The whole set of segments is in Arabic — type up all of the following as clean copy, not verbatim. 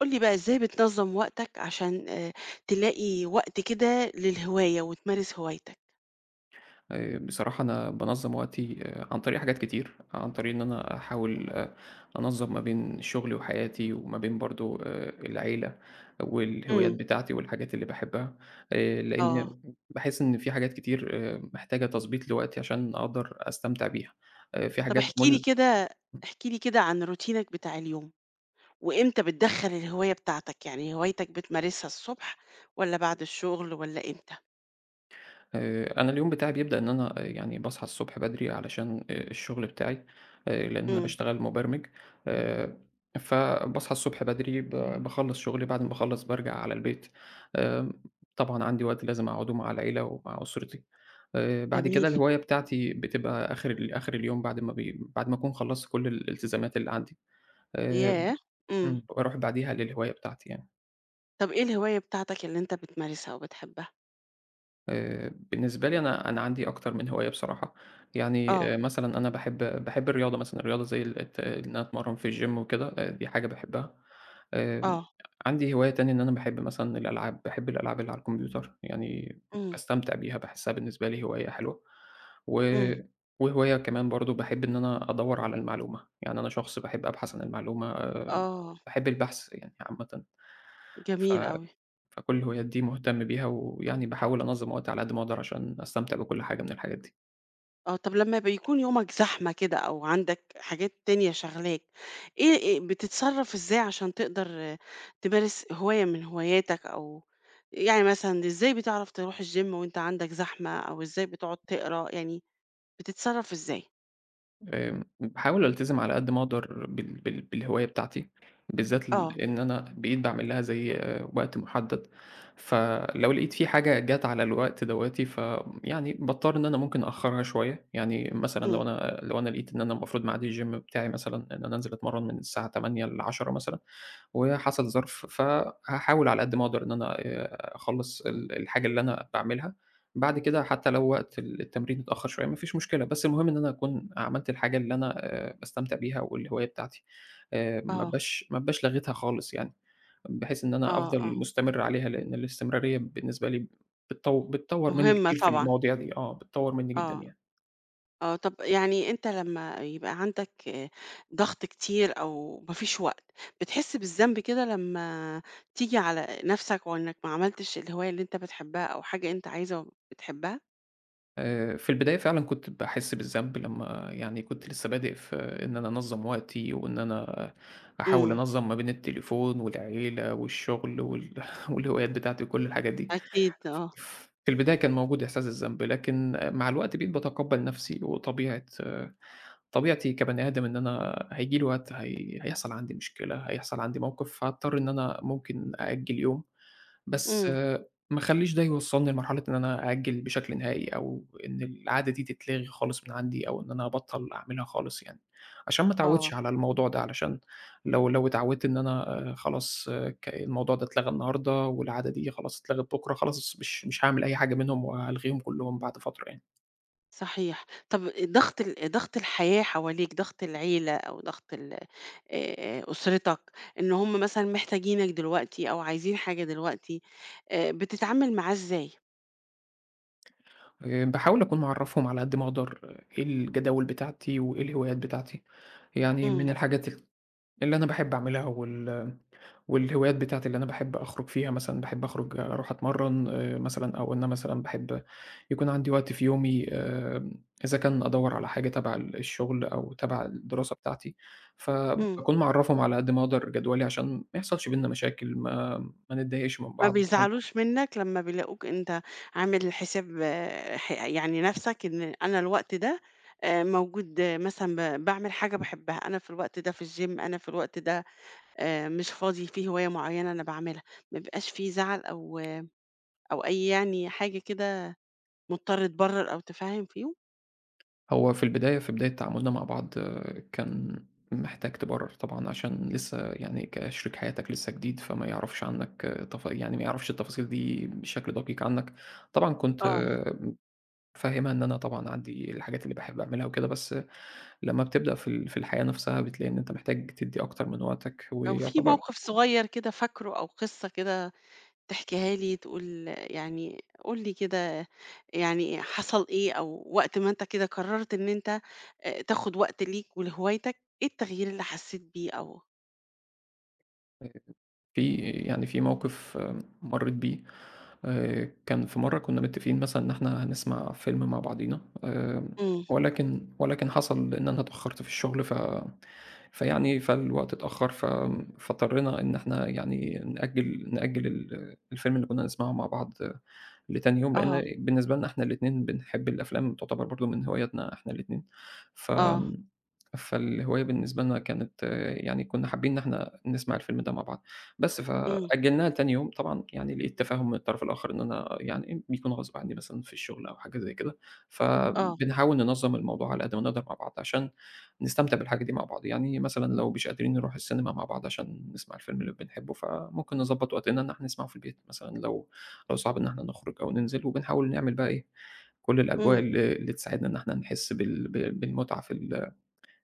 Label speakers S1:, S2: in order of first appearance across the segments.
S1: قُل لي بقى إزاي بتنظّم وقتك عشان تلاقي وقت كده للهواية وتمارس هوايتك؟
S2: بصراحة أنا بانظّم وقتي عن طريق حاجات كتير، عن طريق إن أنا أحاول أنظّم ما بين شغلي وحياتي وما بين برضه العيلة والهوايات
S1: إمم.
S2: بتاعتي والحاجات اللي باحبها. لإن
S1: آه.
S2: باحس إن في حاجات كتير محتاجة تضبيط لوقتي عشان أقدر أستمتع بيها. في
S1: طب
S2: حاجات مُلهِمة.
S1: احكِ لي كده عن روتينك بتاع اليوم، وإمتى بتدخّل الهواية بتاعتك، يعني هوايتك بتمارسها الصبح والّا بعد الشغل والّا إمتى؟
S2: أنا اليوم بتاعي بيبدأ إن أنا، يعني باصحى الصبح بدري علشان الشغل بتاعي. لإن أنا
S1: إمم،
S2: باشتغل مبرمج. آآ، فباصحى الصبح بدري باخلّص شغلي، بعد ما باخلّص بارجع على البيت. آمم، طبعًا عندي وقت لازم أقعده مع العيلة ومع أسرتي. بعد
S1: جميل.
S2: كده الهواية بتاعتي بتبقى آخر آخر اليوم بعد ما بعد ما أكون خلّصت كل الالتزامات اللي عندي. آآ،
S1: ياه! إمم.
S2: باروح بعديها للهواية بتاعتي يعني.
S1: طب إيه الهواية بتاعتك اللي أنت بتمارسها وبتحبها؟
S2: بالنسبة لي أنا عندي أكتر من هواية بصراحة، يعني
S1: آه،
S2: مثلًا أنا باحب الرياضة مثلًا، الرياضة زي ال الت إن أنا أتمرّن في الgym وكده. دي حاجة باحبها. آمم
S1: آه.
S2: عندي هواية تانية إن أنا باحب مثلًا الألعاب، باحب الألعاب اللي على الكمبيوتر، يعني
S1: إمم،
S2: باستمتع بيها، باحسّها بالنسبة لي هواية حلوة. و
S1: إمم.
S2: وهواية كمان برضه باحب إن أنا أدوّر على المعلومة، يعني أنا شخص باحب أبحث عن المعلومة.
S1: آه،
S2: باحب البحث يعني عامةً. ف
S1: جميل أوي.
S2: فكل الهوايات دي مهتم بيها، ويعني باحاول أنظّم وقتي على قد ما أقدر عشان أستمتع بكل حاجة من الحاجات دي.
S1: آه، طب لمّا بيكون يومك زحمة كده أو عندك حاجات تانية شاغلاك، إيه بتتصرّف إزاي عشان تقدر تمارس هواية من هواياتك أو يعني مثلًا إزاي بتعرف تروح الgym وأنت عندك زحمة أو إزاي بتقعد تقرا، يعني بتتصرّف إزاي؟
S2: باحاول ألتزم على قد ما أقدر بالهواية بتاعتي، بالذات
S1: آه،
S2: إن أنا بقيت باعمل لها زي، وقت محدد، فلو لقيت في حاجة جات على الوقت دوّاتي يعني باضطر إن أنا ممكن أأخرها شوية، يعني مثلًا
S1: إمم،
S2: لو أنا لقيت إن أنا المفروض ميعاد الgym بتاعي مثلًا إن أنا أنزل أتمرن من الساعة 08:00 ل10:00 مثلًا، وحصل ظرف فهاحاول على قد ما أقدر إن أنا أخلّص الحاجة اللي أنا باعملها بعد كده، حتى لو وقت التمرين اتأخّر شوية ما فيش مشكلة، بس المهم إن أنا أكون عملت الحاجة اللي أنا باستمتع بيها والهواية بتاعتي.
S1: آه،
S2: ما ابقاش لاغيتها خالص يعني، بحيث إن أنا
S1: آه،
S2: أفضل
S1: آه،
S2: مستمر عليها، لإن الاستمرارية بالنسبة لي بتطوّر منّي
S1: مهمة
S2: كتير في
S1: طبعًا،
S2: المواضيع دي. بتطوّر منّي جدًا
S1: آه.
S2: يعني.
S1: آه، طب يعني أنت لمّا يبقى عندك ضغط كتير أو ما فيش وقت، بتحس بالذنب كده لمّا تيجي على نَفْسك وإنك ما عملتش الهواية اللي أنت بتحبها أو حاجة أنت عايزها وبتحبها؟
S2: في البداية فعلًا كنت باحس بالذنب لمّا يعني كنت لسه بادئ في إن أنا أنظّم وقتي، وإن أنا أحاول
S1: إمم،
S2: أنظّم ما بين التليفون والعيلة والشغل والهوايات بتاعتي وكل الحاجات دي.
S1: أكيد آه،
S2: في البداية كان موجود إحساس الذنب، لكن مع الوقت بقيت باتقبّل نَفْسي طبيعتي كبني آدم، إن أنا هييجي لي وقت هيحصل عندي مشكلة، هيحصل عندي موقف، فهاضطر إن أنا ممكن أأجّل يوم. بس،
S1: إمم،
S2: ما اخلّيش ده يوصّلني لمرحلة إن أنا أأجّل بشكل نهائي أو إن العادة دي تتلغي خالص من عندي أو إن أنا أبطّل أعملها خالص يعني، عشان ما
S1: آه،
S2: اتعوّدش على الموضوع ده، علشان لو اتعوّدت إن أنا خلاص، الموضوع ده اتلغى النهارده والعادة دي خلاص اتلغت بُكرة، خلاص مش هاعمل أي حاجة منهم وهالغيهم كُلّهم بعد فترة يعني.
S1: صحيح. طب ضغط الحياة حواليك، ضغط العيلة أو ضغط ال أسرتك، إن هم مثلًا محتاجينك دلوقتي أو عايزين حاجة دلوقتي، بتتعامل معاه إزاي؟
S2: باحاول أكون معرّفهم على قد ما أقدر، إيه الجداول بتاعتي وإيه الهوايات بتاعتي. يعني من
S1: إمم،
S2: الحاجات اللي أنا باحب أعملها والهوايات بتاعتي اللي أنا باحب أخرج فيها مثلًا، باحب أخرج أروح أتمرّن مثلًا، أو إن أنا مثلًا باحب يكون عندي وقت في يومي، إذا كان أدوّر على حاجة تبع الشغل أو تبع الدراسة بتاعتي،
S1: إمم.
S2: فباكون معرّفهم على قد ما أقدر جدولي عشان ما يحصلش بيننا مشاكل، ما نتضايقش من
S1: ما
S2: بعض.
S1: بيزعلوش منّك لمّا بيلاقوك أنت عامل حساب آه، ح يعني نَفْسك إن أنا الوقت ده موجود مثلًا باعمل حاجة باحبها، أنا في الوقت ده في الgym، أنا في الوقت ده مش فاضي، في هواية معيّنة أنا باعملها، ما بيبقاش في زعل أو أو أي يعني حاجة كده مضطر تبرّر أو تفهّم فيهم؟
S2: هو في البداية في بداية تعاملنا مع بعض، كان محتاج تبرر طبعًا، عشان لسه يعني كشريك حياتك لسه جديد، فما يعرفش عنك، يعني ما يعرفش التفاصيل دي بشكل دقيق عنك. طبعًا كنت
S1: آه،
S2: مفهّمها إن أنا طبعًا عندي الحاجات اللي باحب أعملها وكده، بس، لمّا بتبدأ في الحياة نفسها بتلاقي إن أنت محتاج تدّي أكتر من وقتك،
S1: لو في
S2: ويعتبر
S1: موقف صغيّر كده فاكره أو قصة كده تحكيها لي تقول يعني قُل لي كده يعني حصل إيه، أو وقت ما أنت كده قررت إن أنت تاخد وقت ليك ولهوايتك، إيه التغيير اللي حسيت بيه أو
S2: في يعني في موقف، مرّيت بيه. كان في مرّة كُنّا متّفقين مثلًا إن إحنا هنسمع فيلم مع بعضينا،
S1: إمم،
S2: ولكن حصل إن أنا اتأخّرت في الشغل ف فيعني فالوقت اتأخّر فاضطرينا إن إحنا يعني نأجّل الفيلم اللي كُنّا هنسمعه مع بعض، لتاني يوم،
S1: آه،
S2: لإن بالنسبة لنا إحنا الاتنين بنحب الأفلام، تعتبر برضه من هواياتنا إحنا الاتنين.
S1: آه،
S2: فآمم فالهواية بالنسبة لنا كانت، يعني كُنّا حابين إن إحنا نسمع الفيلم ده مع بعض. بس
S1: إمم،
S2: فأجّلناها لتاني يوم، طبعًا يعني لقيت تفاهم من الطرف الآخر إن أنا يعني بيكون غصب عنّي مثلًا في الشغل أو حاجة زي كده،
S1: آه،
S2: فبنحاول ننظّم الموضوع على قد ما نقدر مع بعض عشان نستمتع بالحاجة دي مع بعض، يعني مثلًا لو مش قادرين نروح السينما مع بعض عشان نسمع الفيلم اللي بنحبه، فممكن نضبّط وقتنا إن إحنا نسمعه في البيت مثلًا، لو صعب إن إحنا نخرج أو ننزل، وبنحاول نعمل بقى إيه، كل الأجواء
S1: إمم،
S2: اللي تساعدنا إن إحنا نحس بالمتعة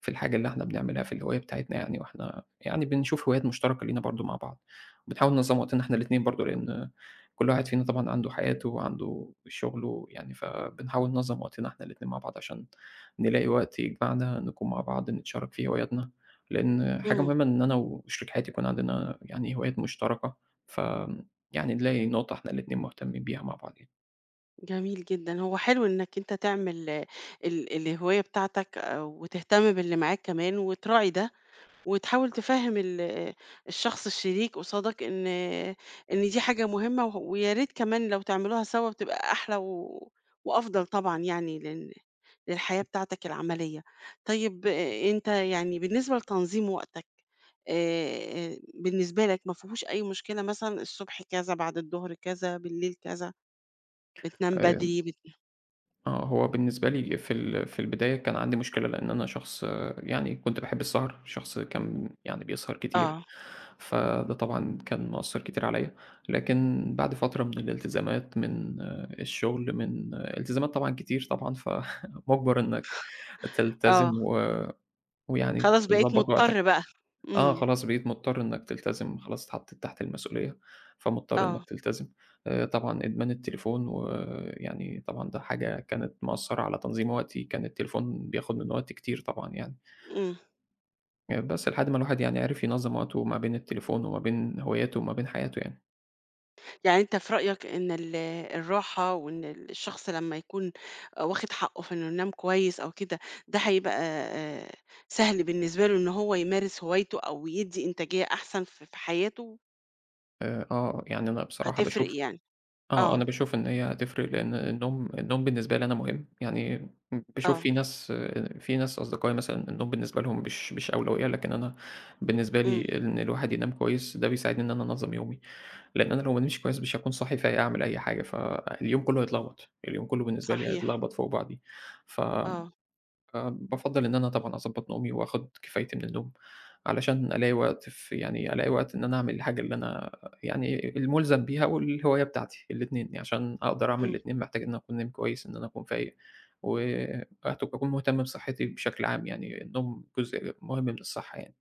S2: في الحاجة اللي إحنا بنعملها، في الهواية بتاعتنا يعني، وإحنا يعني بنشوف هوايات مشتركة لينا برضه مع بعض، وبنحاول ننظّم وقتنا إحنا الاتنين برضه، لإن كل واحد فينا طبعًا عنده حياته وعنده شغله يعني، فبنحاول ننظّم وقتنا إحنا الاتنين مع بعض عشان نلاقي وقت يجمعنا نكون مع بعض، نتشارك فيه هواياتنا، لإن حاجة
S1: إمم،
S2: مهمة إن أنا وشريك حياتي يكون عندنا يعني هوايات مشتركة، ف يعني نلاقي نقطة إحنا الاتنين مهتمين بيها مع بعض يعني.
S1: جميل جدًا، هو حلو إنك أنت تعمل آه، ال الهواية بتاعتك وتهتم باللي معاك كمان وتراعي ده. وتحاول تفهم الشخص الشريك قصادك إن دي حاجة مهمة ويا ريت كمان لو تعملوها سوا بتبقى أحلى وأفضل طبعًا يعني للحياة بتاعتك العملية. طيب أنت يعني بالنسبة لتنظيم وقتك، آآ بالنسبة لك ما فيهوش أي مشكلة مثلًا الصبح كذا، بعد الضهر كذا، بالليل كذا، بتنام
S2: آآ
S1: بدري بت
S2: هو بالنسبة لي في البداية كان عندي مشكلة، لإن أنا شخص، يعني كنت باحب السهر، شخص كان يعني بيسهر كتير،
S1: آه،
S2: فده طبعًا كان مأثّر كتير عليَّ، لكن بعد فترة من الالتزامات، من، الشغل، من، التزامات طبعًا كتير طبعًا، فمُجبر إنك تلتزم
S1: آه،
S2: ويعني
S1: خلاص بقيت
S2: تضبّط وقتك.
S1: مضطر بقى. إمم،
S2: خلاص بقيت مضطر إنّك تلتزم، خلاص اتحطّيت تحت المسؤولية، فمضطر
S1: آه،
S2: إنّك تلتزم. طبعًا إدمان التليفون ويعني طبعًا ده حاجة كانت مأثّرة على تنظيم وقتي، كان التليفون بياخُد من وقتي كتير طبعًا يعني.
S1: إمم.
S2: بس لحد ما الواحد يعني عرف ينظّم وقته ما بين التليفون وما بين هواياته وما بين حياته يعني.
S1: يعني أنت في رأيك إن الراحة وإن الشخص لمّا يكون واخد حقه في إنه ينام كويس أو كده، ده هيبقى سهل بالنسبة له إن هو يمارس هوايته أو يدّي إنتاجية أحسن في حياته
S2: يعني أنا بصراحة
S1: هتفرق
S2: باشوف
S1: يعني.
S2: آه،
S1: آه،
S2: أنا باشوف إن هي هتفرق، لإن النوم بالنسبة لي أنا مهم، يعني باشوف
S1: آه،
S2: في ناس أصدقائي مثلًا النوم بالنسبة لهم مش أولوية، لكن أنا بالنسبة
S1: إمم،
S2: لي إن الواحد ينام كويس ده بيساعدني إن أنا أنظّم يومي، لإن أنا لو ما نمتش كويس مش هاكون صاحي فايق أعمل أي حاجة، فاليوم كله هيتلخبط، اليوم كله بالنسبة لي
S1: صحيح،
S2: هيتلخبط فوق بعضيه، ف
S1: آه،
S2: فبافضّل إن أنا طبعًا أضبّط نومي وآخُد كفايتي من النوم، علشان ألاقي وقت في يعني ألاقي وقت إن أنا أعمل الحاجة اللي أنا يعني المُلزم بيها والهواية بتاعتي الاتنين، عشان أقدر أعمل
S1: إمم.
S2: الاتنين محتاج إن أنا أكون نايم كويس، إن أنا أكون فايق، وأكون مهتم بصحّتي بشكل عام يعني، النوم جزء مهم من الصحّة يعني.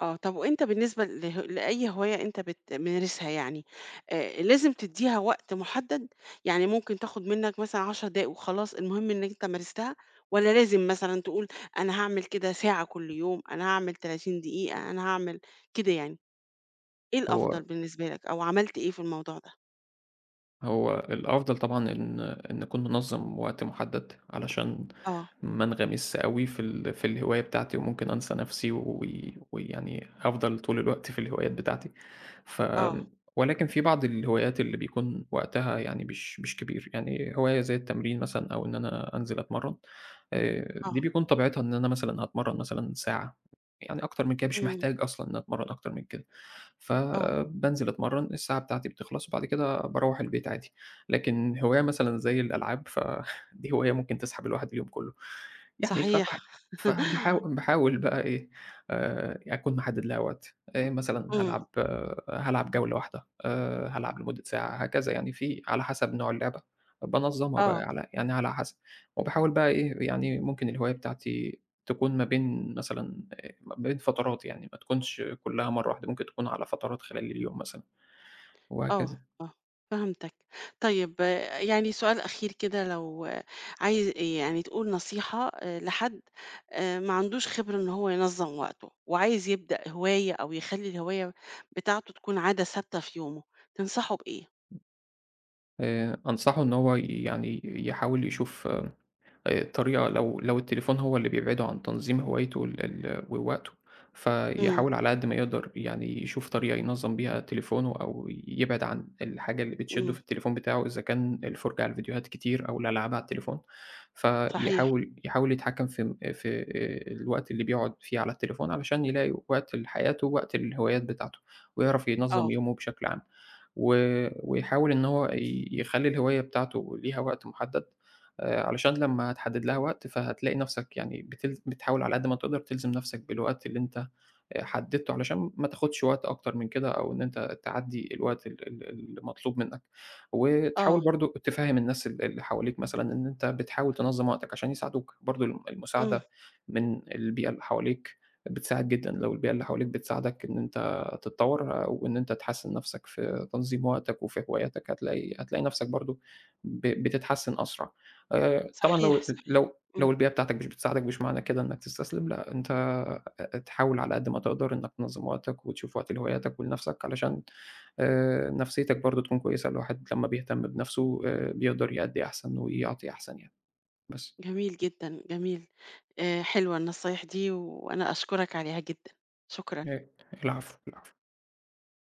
S1: آه، طب وأنت بالنسبة له لأي هواية أنت بتمارسها يعني، لازم تدّيها وقت محدد؟ يعني ممكن تاخد منّك مثلًا 10 دقايق وخلاص المهم إنك أنت مارستها، والّا لازم مثلًا تقول أنا هاعمل كده ساعة كل يوم، أنا هاعمل 30 دقيقة، أنا هاعمل كده يعني، إيه الأفضل
S2: هو
S1: بالنسبة لك أو عملت إيه في الموضوع ده؟
S2: هو الأفضل طبعًا إن أكون منظّم وقت محدد، علشان
S1: آه،
S2: ما انغمسش أوي في الهواية بتاعتي، وممكن أنسى نفسي ويعني أفضل طول الوقت في الهوايات بتاعتي. ف
S1: آه،
S2: ولكن في بعض الهوايات اللي بيكون وقتها يعني مش كبير، يعني هواية زي التمرين مثلًا أو إن أنا أنزل أتمرّن.
S1: آه،
S2: دي بيكون طبيعتها إن أنا مثلًا هاتمرّن مثلًا ساعة، يعني أكتر من كده مش
S1: إمم،
S2: محتاج أصلًا إن أتمرّن أكتر من كده.
S1: آه،
S2: فبانزل أتمرّن، الساعة بتاعتي بتخلص وبعد كده باروّح البيت عادي. لكن هواية مثلًا زي الألعاب، فدي هواية ممكن تسحب الواحد اليوم كلّه. يعني
S1: صحيح،
S2: فبح فباحاو باحاول بقى إيه. أكون محدد لها وقت. مثلًا
S1: إمم،
S2: هالعب جولة واحدة، هالعب لمدة ساعة، هكذا يعني في على حسب نوع اللعبة، بانظّمها بقى
S1: آه.
S2: على يعني على حسب. وباحاول بقى إيه، يعني ممكن الهواية بتاعتي تكون ما بين مثلًا بين فترات يعني، ما تكونش كلّها مرّة واحدة، ممكن تكون على فترات خلال اليوم مثلًا
S1: آه،
S2: وهكذا.
S1: آه، فهمتك. طيب يعني سؤال أخير كده لو عايز يعني تقول نصيحة لحد ما عندوش خبرة إن هو ينظّم وقته، وعايز يبدأ هواية أو يخلّي الهواية بتاعته تكون عادة ثابتة في يومه، تنصحه بإيه؟
S2: أنصحه إن هو يعني يحاول يشوف طريقة، لو التليفون هو اللي بيبعده عن تنظيم هوايته ال ال ووقته،
S1: إمم،
S2: فيحاول على قد ما يقدر يعني يشوف طريقة ينظّم بيها تليفونه أو يبعد عن الحاجة اللي بتشدّه
S1: إمم،
S2: في التليفون بتاعه، إذا كان الفُرجة على الفيديوهات كتير أو الألعاب على التليفون،
S1: صحيح،
S2: يحاول يتحكّم في الوقت اللي بيقعد فيه على التليفون علشان يلاقي وقت لحياته ووقت للهوايات بتاعته، ويعرف
S1: آه،
S2: ينظّم يومه بشكل عام. و ويحاول إن هو يخلّي الهواية بتاعته ليها وقت محدد. علشان لمّا هتحدد لها وقت فهتلاقي نَفْسك يعني بتحاول على قد ما تقدر تلزم نَفْسك بالوقت اللي أنت حددته علشان ما تاخدش وقت أكتر من كده، أو إن أنت تعدّي الوقت ال ال المطلوب منّك، وتحاول
S1: آه،
S2: برضه تفهّم الناس اللي حواليك مثلًا إن أنت بتحاول تنظّم وقتك عشان يساعدوك، برضه
S1: إمم،
S2: المساعدة من البيئة اللي حواليك بتساعد جدًا، لو البيئة اللي حواليك بتساعدك إن أنت تتطوّر، وإن أنت تحسّن نَفْسك في تنظيم وقتك وفي هواياتك هتلاقي نفسك برضه بتتحسّن أسرع. طبعًا
S1: صحيح، صحيح، إمم،
S2: لو البيئة بتاعتك مش بتساعدك، مش معنى كده إنّك تستسلم، لأ، أنت تحاول على قد ما تقدر إنّك تنظّم وقتك وتشوف وقت لهواياتك ولنفسك، علشان نفسيتك برضه تكون كويسة، الواحد لمّا بيهتم بنفسه بيقدر يأدّي أحسن ويعطي أحسن يعني، بس.
S1: جميل جدًا، جميل. حلوة النصايح دي وأنا أشكرك عليها جدًا، شكرًا.
S2: آآ العفو، العفو.